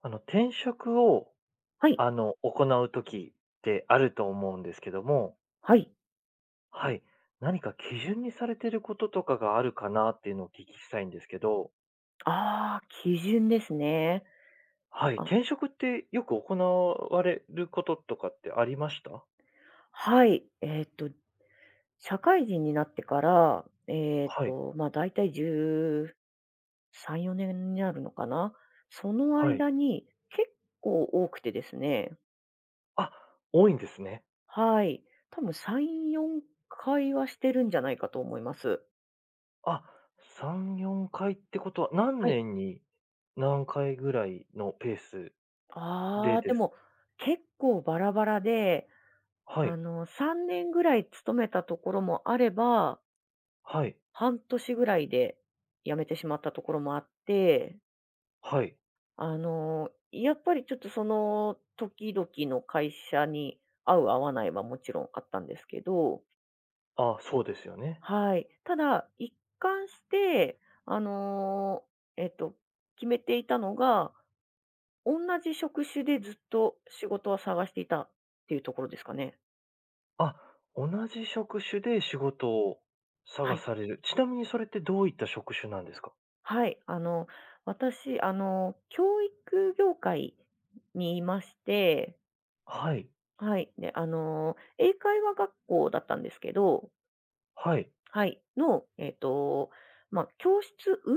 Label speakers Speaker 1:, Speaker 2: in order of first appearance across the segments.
Speaker 1: 転職を、
Speaker 2: はい、
Speaker 1: 行うときってあると思うんですけども、
Speaker 2: はい。
Speaker 1: はい。何か基準にされてることとかがあるかなっていうのをお聞きしたいんですけど、
Speaker 2: ああ、基準ですね。
Speaker 1: はい。
Speaker 2: あ、
Speaker 1: 転職ってよく行われることとかってありました。
Speaker 2: はい。社会人になってから、
Speaker 1: はい。
Speaker 2: まあ、大体13、4年になるのかな。その
Speaker 1: はい。
Speaker 2: 間に結構多くてですね。
Speaker 1: あ、多いんですね。
Speaker 2: はい。多分3、4回はしてるんじゃないかと思います。
Speaker 1: あ、3、4回ってことは、何
Speaker 2: はい。
Speaker 1: 年に何回ぐらいのペース
Speaker 2: あ
Speaker 1: で
Speaker 2: あ、で
Speaker 1: です。
Speaker 2: も結構バラバラで、
Speaker 1: はい。
Speaker 2: 3年ぐらい勤めたところもあれば、
Speaker 1: はい。
Speaker 2: 半年ぐらいで辞めてしまったところもあって、
Speaker 1: はい。はい。
Speaker 2: やっぱりちょっとその時々の会社に合う合わないはもちろんあったんですけど、
Speaker 1: あ、そうですよね。
Speaker 2: はい。ただ、一貫して、あの、えっと、決めていたのが、同じ職種でずっと仕事を探していたっていうところですかね。
Speaker 1: あ、同じ職種で仕事を
Speaker 2: は
Speaker 1: 探
Speaker 2: い。
Speaker 1: される。ちなみにそれってどういった職種なんですか？
Speaker 2: はい。私、教育業界にいまして、
Speaker 1: はい、
Speaker 2: はい。で、英会話学校だったんですけど、
Speaker 1: はい。
Speaker 2: はい。の、まあ、教室運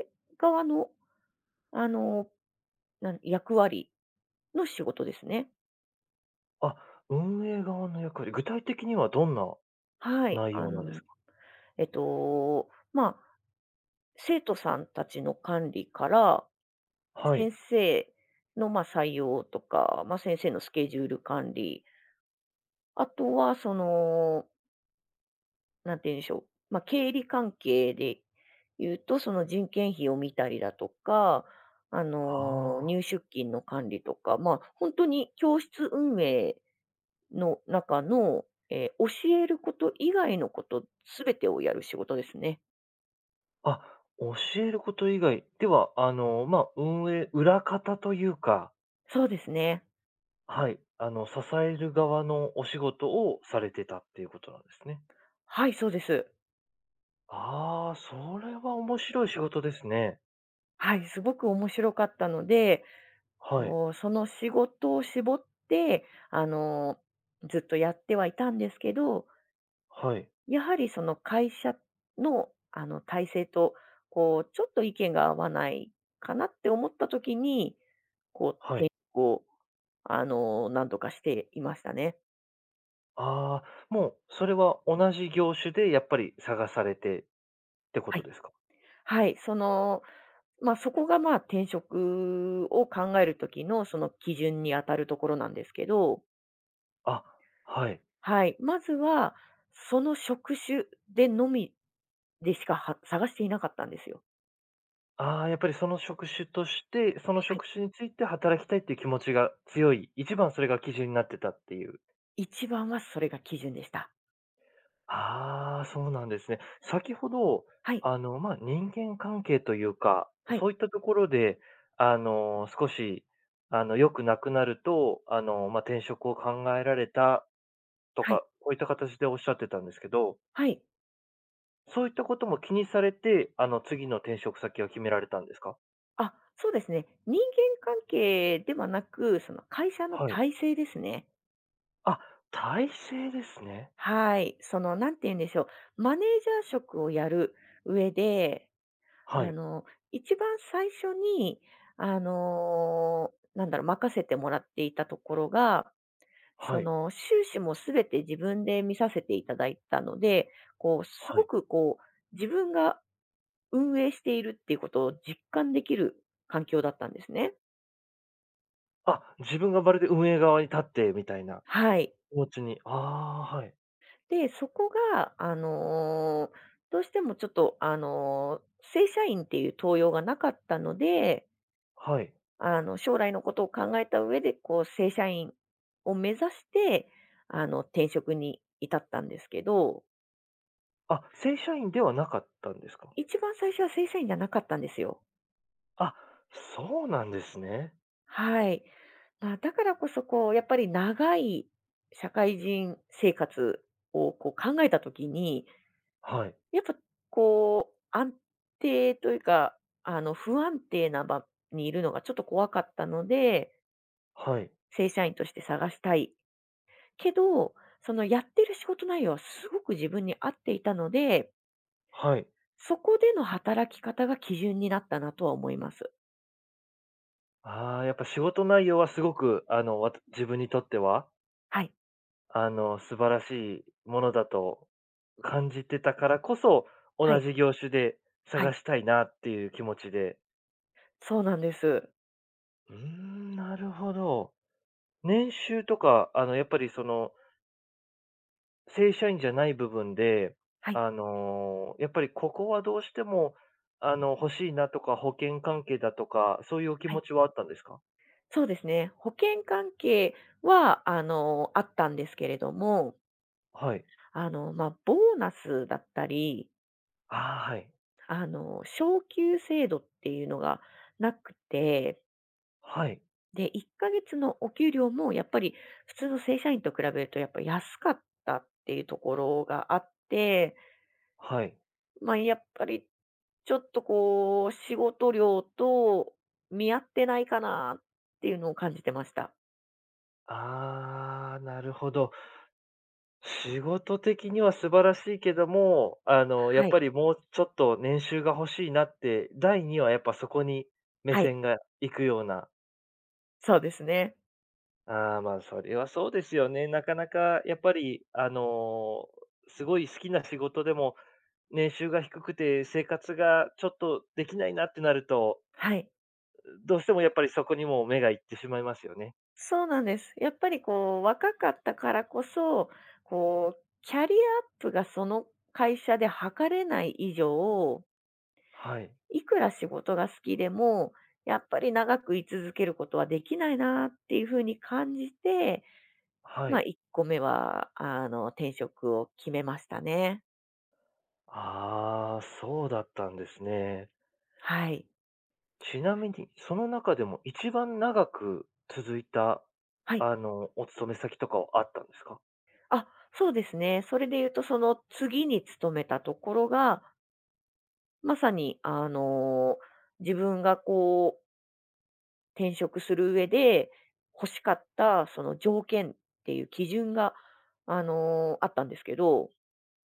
Speaker 2: 営側の、あの、なん役割の仕事ですね。
Speaker 1: あ、運営側の役割、具体的にはどんな
Speaker 2: はい。
Speaker 1: 内容なんですか？
Speaker 2: まあ、生徒さんたちの管理から、
Speaker 1: は
Speaker 2: 先
Speaker 1: い。
Speaker 2: 生の、まあ、採用とか、まあ、先生のスケジュール管理、あとは、その、なんて言うんでしょう、まあ、経理関係で言うと、その人件費を見たりだとか、
Speaker 1: あ
Speaker 2: 入出金の管理とか、本当に教室運営の中の、教えること以外のこと全てをやる仕事ですね。
Speaker 1: あ。あ、教えること以外では、まあ、運営裏方というか、
Speaker 2: そうですね。
Speaker 1: はい、支える側のお仕事をされてたっていうことなんですね。
Speaker 2: はい、そうです。
Speaker 1: ああ、それは面白い仕事ですね。
Speaker 2: はい、すごく面白かったので、
Speaker 1: はい、
Speaker 2: もうその仕事を絞って、あの、ずっとやってはいたんですけど、
Speaker 1: はい、
Speaker 2: やはりその会社のあの体制と、ちょっと意見が合わないかなって思った時に、
Speaker 1: はい。
Speaker 2: 転職を、何とかしていましたね。
Speaker 1: ああ、もうそれは同じ業種でやっぱり探されてってこ
Speaker 2: は
Speaker 1: と
Speaker 2: い。
Speaker 1: ですか？
Speaker 2: はい。その、まあ、そこが、まあ、転職を考える時のその基準にあたるところなんですけど、
Speaker 1: あ、はい。
Speaker 2: はい。まずは、その職種でのみでしか、は探していなかったんですよ。
Speaker 1: ああ、やっぱりその職種として、その
Speaker 2: はい。
Speaker 1: 職種について働きたいっていう気持ちが強い、一番それが基準になってたっていう。
Speaker 2: 一番はそれが基準でした。
Speaker 1: ああ、そうなんですね。先ほど、
Speaker 2: はい。
Speaker 1: まあ、人間関係というか、
Speaker 2: はい。
Speaker 1: そういったところで、少し、良くなくなると、まあ、転職を考えられたと
Speaker 2: はい。
Speaker 1: か、こういった形でおっしゃってたんですけど、
Speaker 2: はい。
Speaker 1: そういったことも気にされて、次の転職先を決められたんですか？
Speaker 2: あ、そうですね。人間関係ではなく、その会社の
Speaker 1: はい。
Speaker 2: 体制ですね。
Speaker 1: あ、体制ですね。
Speaker 2: はい。その、なんて言うんでしょう。マネージャー職をやる上で、
Speaker 1: は
Speaker 2: あ
Speaker 1: い。
Speaker 2: の、一番最初に、任せてもらっていたところが、そ
Speaker 1: はい。
Speaker 2: の、収支もすべて自分で見させていただいたので、す
Speaker 1: は
Speaker 2: ご
Speaker 1: い。
Speaker 2: く自分が運営しているっていうことを実感できる環境だったんですね。
Speaker 1: あ、自分がまるで運営側に立ってみたいな
Speaker 2: はい。
Speaker 1: 気持ちに。ああ、はい。
Speaker 2: で、そこが、どうしてもちょっと、正社員っていう登用がなかったので、
Speaker 1: はい。
Speaker 2: 将来のことを考えた上で、正社員を目指して、転職に至ったんですけど、
Speaker 1: あ、正社員ではなかったんですか？
Speaker 2: 一番最初は正社員じゃなかったんですよ。
Speaker 1: あ、そうなんですね。
Speaker 2: はい。まあ、だからこそ、やっぱり長い社会人生活をこう考えたときに、
Speaker 1: はい。
Speaker 2: やっぱ安定というか、不安定な場にいるのがちょっと怖かったので、
Speaker 1: はい。
Speaker 2: 正社員として探したい。けど、そのやってる仕事内容はすごく自分に合っていたので、
Speaker 1: はい。
Speaker 2: そこでの働き方が基準になったなとは思います。
Speaker 1: ああ、やっぱ仕事内容はすごく、自分にとっては
Speaker 2: はい。
Speaker 1: 素晴らしいものだと感じてたからこそ、
Speaker 2: は
Speaker 1: 同
Speaker 2: い。
Speaker 1: じ業種で
Speaker 2: はい。
Speaker 1: 探したいなっていう気持ちで。
Speaker 2: そうなんです。
Speaker 1: うーん、なるほど。年収とか、やっぱりその、正社員じゃない部分で、
Speaker 2: はい。
Speaker 1: やっぱりここはどうしても、欲しいなとか、保険関係だとか、そういうお気
Speaker 2: は
Speaker 1: 持
Speaker 2: い。
Speaker 1: ちはあったんですか？
Speaker 2: そうですね。保険関係は、あったんですけれども、
Speaker 1: はい。
Speaker 2: まあ、ボーナスだったり、
Speaker 1: ああ、はい。
Speaker 2: 昇給制度っていうのがなくて、
Speaker 1: はい。
Speaker 2: で、1ヶ月のお給料もやっぱり普通の正社員と比べるとやっぱ安かったっていうところがあって、
Speaker 1: はい。
Speaker 2: まあ、やっぱりちょっと仕事量と見合ってないかなっていうのを感じてました。
Speaker 1: ああ、なるほど。仕事的には素晴らしいけども、やっ
Speaker 2: は
Speaker 1: ぱ
Speaker 2: い。
Speaker 1: りもうちょっと年収が欲しいなって、第二はやっぱそこに目
Speaker 2: はい。
Speaker 1: 線が行くような。
Speaker 2: そうですね。
Speaker 1: ああ、まあ、それはそうですよね。なかなかやっぱり、すごい好きな仕事でも、年収が低くて生活がちょっとできないなってなると、
Speaker 2: はい。
Speaker 1: どうしてもやっぱりそこにも目が行ってしまいますよね。
Speaker 2: そうなんです。やっぱり若かったからこそ、キャリアアップがその会社で測れない以上、
Speaker 1: はい。
Speaker 2: いくら仕事が好きでも、やっぱり長く居続けることはできないなっていうふうに感じて、
Speaker 1: は
Speaker 2: まあ、
Speaker 1: い。
Speaker 2: 1個目は、転職を決めましたね。
Speaker 1: ああ、そうだったんですね。
Speaker 2: はい。
Speaker 1: ちなみに、その中でも一番長く続いた、
Speaker 2: はい。
Speaker 1: お勤め先とかはあったんですか？
Speaker 2: あ、そうですね。それで言うと、その次に勤めたところが、まさに、自分が転職する上で欲しかったその条件っていう基準が、あったんですけど、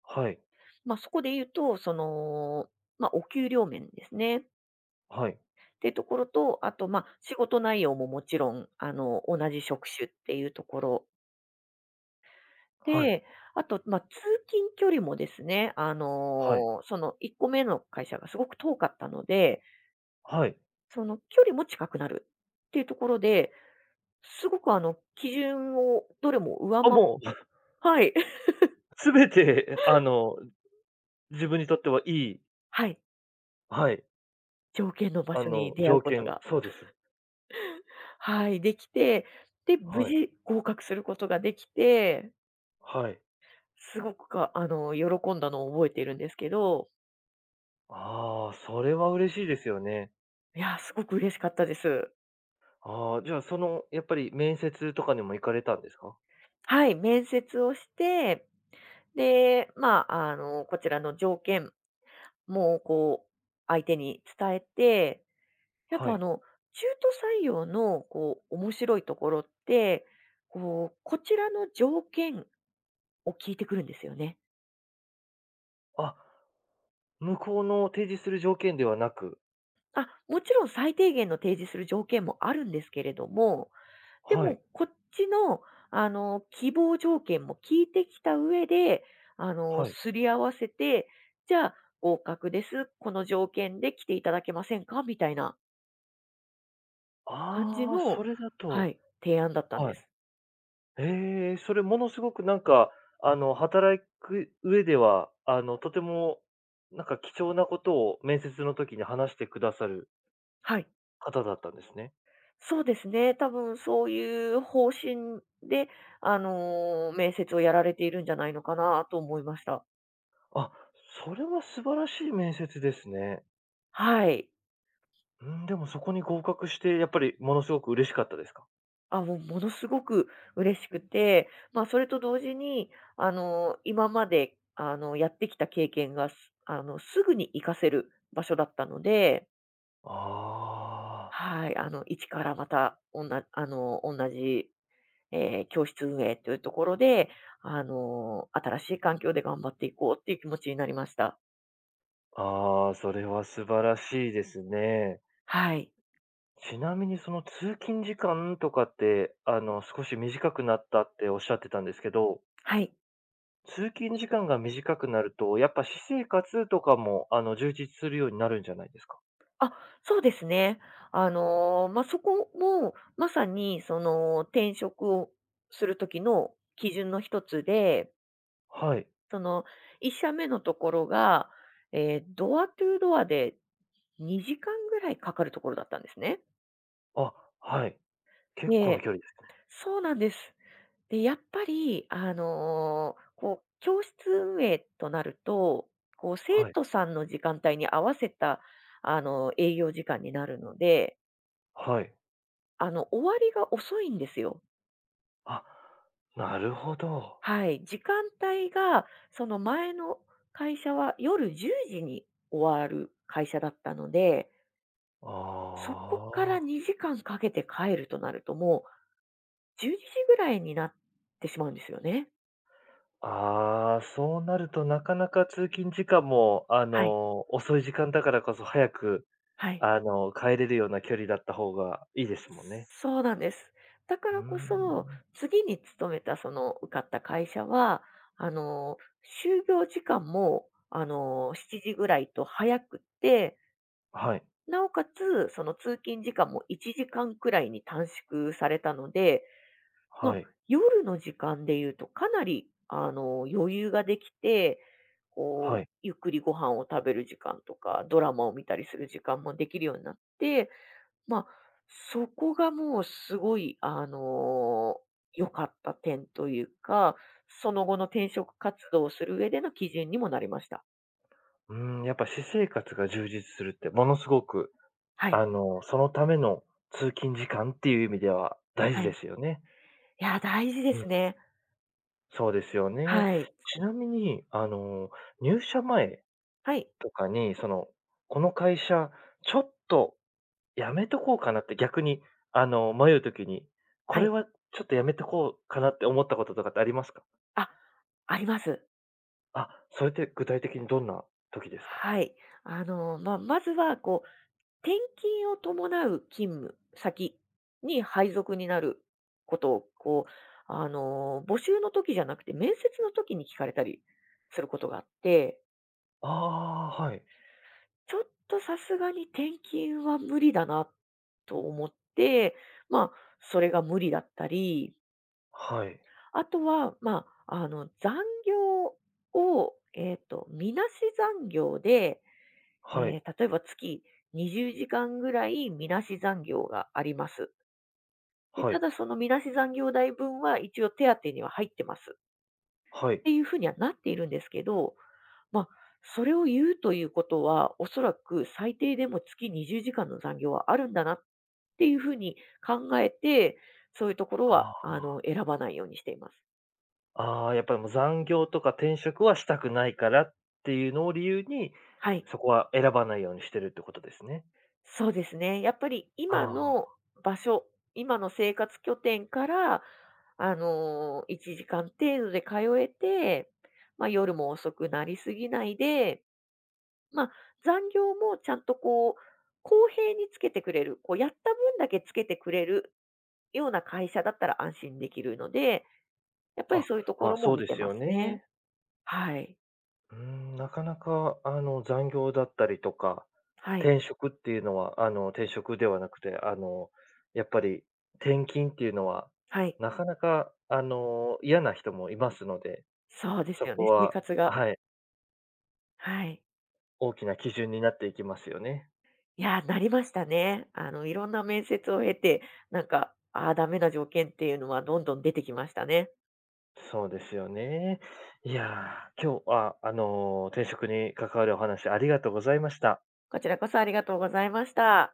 Speaker 1: はい、
Speaker 2: まあ、そこで言うと、その、まあ、お給料面ですね。っ
Speaker 1: はい、
Speaker 2: ていうところと、あと、まあ、仕事内容ももちろん、同じ職種っていうところ
Speaker 1: はい、
Speaker 2: で、あと、まあ、通勤距離もですね、
Speaker 1: はい、
Speaker 2: その1個目の会社がすごく遠かったので、
Speaker 1: はい。
Speaker 2: その距離も近くなるっていうところで、すごくあの基準をどれも上回
Speaker 1: あ、も
Speaker 2: はい。
Speaker 1: う、全て、自分にとってはいい、
Speaker 2: はい。
Speaker 1: はい、
Speaker 2: 条件の場所に出会う
Speaker 1: 条
Speaker 2: こと
Speaker 1: 件
Speaker 2: が、
Speaker 1: そうですよ。
Speaker 2: はい、できて、で、無
Speaker 1: はい、
Speaker 2: 事合格することができて、
Speaker 1: はい。
Speaker 2: すごくかあの、喜んだのを覚えているんですけど、
Speaker 1: ああ、それは嬉しいですよね。
Speaker 2: いや、すごく嬉しかったです。
Speaker 1: ああ、じゃあ、その、やっぱり面接とかにも行かれたんですか？
Speaker 2: はい、面接をして、で、まあ、こちらの条件も相手に伝えて、やっ
Speaker 1: は
Speaker 2: ぱ
Speaker 1: い。
Speaker 2: 中途採用の面白いところって、こちらの条件を聞いてくるんですよね。
Speaker 1: あ、向こうの提示する条件ではなく、
Speaker 2: あ、もちろん最低限の提示する条件もあるんですけれども、で
Speaker 1: はい、
Speaker 2: もこっちの、希望条件も聞いてきた上で、
Speaker 1: はい。
Speaker 2: すり合わせて、じゃあ合格です。この条件で来ていただけませんかみたいな感じ
Speaker 1: ああ、
Speaker 2: の、
Speaker 1: それだ
Speaker 2: は
Speaker 1: と。
Speaker 2: い、提案だったんで
Speaker 1: はい。
Speaker 2: す。
Speaker 1: ええ、それものすごくなんか、働く上では、とても、なんか貴重なことを面接の時に話してくださる
Speaker 2: はい。
Speaker 1: 方だったんですね。
Speaker 2: そうですね。多分そういう方針で、面接をやられているんじゃないのかなと思いました。
Speaker 1: あ、それは素晴らしい面接ですね。
Speaker 2: はい。
Speaker 1: うん、でもそこに合格して、やっぱりものすごく嬉しかったですか？
Speaker 2: あ、もう、ものすごく嬉しくて、まあ、それと同時に、今まで、やってきた経験が、すあの、すぐに活かせる場所だったので、
Speaker 1: あ
Speaker 2: はい、一からまた、おんなあの、同じ、えー教室運営というところで、新しい環境で頑張っていこうっていう気持ちになりました。
Speaker 1: あ、ああ、それは素晴らしいですね。
Speaker 2: はい。
Speaker 1: ちなみにその通勤時間とかって、少し短くなったっておっしゃってたんですけど、
Speaker 2: はい。
Speaker 1: 通勤時間が短くなると、やっぱ私生活とかも、充実するようになるんじゃないですか？
Speaker 2: あ、そうですね。まあ、そこも、まさにその、転職をする時の基準の一つで、
Speaker 1: はい。
Speaker 2: その、1社目のところが、えードアトゥードアで2時間ぐらいかかるところだったんですね。
Speaker 1: あ、はい。結構な
Speaker 2: え
Speaker 1: 距離です。
Speaker 2: そうなんです。で、やっぱり、教室運営となると、生
Speaker 1: はい。
Speaker 2: 徒さんの時間帯に合わせた、営業時間になるので
Speaker 1: はい。
Speaker 2: 終わりが遅いんですよ。
Speaker 1: あ、なるほど。
Speaker 2: はい。時間帯が、その前の会社は夜10時に終わる会社だったので、そこから
Speaker 1: ああ。
Speaker 2: 2時間かけて帰るとなると、もう12時ぐらいになってしまうんですよね。
Speaker 1: ああ、そうなるとなかなか通勤時間も、
Speaker 2: はい。
Speaker 1: 遅い時間だからこそ早く、
Speaker 2: はい。
Speaker 1: 帰れるような距離だった方がいいですもんね。
Speaker 2: そうなんです。だか
Speaker 1: う
Speaker 2: ら
Speaker 1: ー
Speaker 2: こ
Speaker 1: ん。
Speaker 2: そ、次に勤めたその受かった会社は、あの、就業時間も、7時ぐらいと早くって、
Speaker 1: はい、
Speaker 2: なおかつ、その通勤時間も1時間くらいに短縮されたので、ま
Speaker 1: は
Speaker 2: あ、
Speaker 1: い、
Speaker 2: 夜の時間で言うとかなり、余裕ができて、
Speaker 1: はい。
Speaker 2: ゆっくりご飯を食べる時間とか、ドラマを見たりする時間もできるようになって、まあ、そこがもうすごい、良かった点というか、その後の転職活動をする上での基準にもなりました。
Speaker 1: うーん、やっぱ私生活が充実するってものすごく
Speaker 2: はい。
Speaker 1: そのための通勤時間っていう意味では大
Speaker 2: は
Speaker 1: 事で
Speaker 2: い。
Speaker 1: すよね。
Speaker 2: いや、大事で
Speaker 1: うん。
Speaker 2: すね。
Speaker 1: そうですよね。
Speaker 2: はい。
Speaker 1: ちなみに、入社前
Speaker 2: はい。
Speaker 1: とかに、その、この会社、ちょっとやめとこうかなって逆に、迷うときに、こ
Speaker 2: は
Speaker 1: れ
Speaker 2: い。
Speaker 1: はちょっとやめとこうかなって思ったこととかってありますか？
Speaker 2: あ、あります。
Speaker 1: あ、それって具体的にどんな時ですか？
Speaker 2: はい。まあ、まずは転勤を伴う勤務先に配属になることを、募集の時じゃなくて、面接の時に聞かれたりすることがあって、
Speaker 1: ああー、はい。
Speaker 2: ちょっとさすがに転勤は無理だなと思って、まあ、それが無理だったり、
Speaker 1: はい。
Speaker 2: あとは、まあ、残業を、みなし残業で
Speaker 1: はい。
Speaker 2: 例えば月20時間ぐらいみなし残業があります。で、
Speaker 1: は
Speaker 2: た
Speaker 1: い。
Speaker 2: だそのみなし残業代分は一応手当には入ってます。っ
Speaker 1: はい。
Speaker 2: ていうふうにはなっているんですけど、まあ、それを言うということは、おそらく最低でも月20時間の残業はあるんだなっていうふうに考えて、そういうところは、
Speaker 1: ああ。
Speaker 2: 選ばないようにしています。
Speaker 1: ああ、やっぱりもう残業とか転職はしたくないからっていうのを理由に、
Speaker 2: はい。
Speaker 1: そこは選ばないようにしてるってことですね。
Speaker 2: そうですね。やっぱり今の
Speaker 1: あ
Speaker 2: 場所、今の生活拠点から、1時間程度で通えて、まあ、夜も遅くなりすぎないで、まあ、残業もちゃんと公平につけてくれる、こうやった分だけつけてくれるような会社だったら安心できるので、やっぱ
Speaker 1: あ、
Speaker 2: り
Speaker 1: あ、
Speaker 2: そういうとこ
Speaker 1: まあ、
Speaker 2: ろも
Speaker 1: そう
Speaker 2: 見
Speaker 1: で
Speaker 2: て
Speaker 1: す
Speaker 2: ま
Speaker 1: よ
Speaker 2: すね。
Speaker 1: ね。
Speaker 2: はい。
Speaker 1: うん、なかなか、残業だったりとか、
Speaker 2: はい。
Speaker 1: 転職っていうのは、転職ではなくて、やっぱり転勤っていうのは、
Speaker 2: はい。
Speaker 1: なかなか、嫌な人もいますので、
Speaker 2: そうです
Speaker 1: そ
Speaker 2: よね、
Speaker 1: こ
Speaker 2: 生
Speaker 1: は、
Speaker 2: 活が。
Speaker 1: はい、
Speaker 2: はい。
Speaker 1: 大きな基準になっていきますよね。
Speaker 2: いやー、なりましたね。いろんな面接を経て、なんか、ああ、ダメな条件っていうのはどんどん出てきましたね。
Speaker 1: そうですよね。いやー、今日は、転職に関わるお話ありがとうございました。
Speaker 2: こちらこそありがとうございました。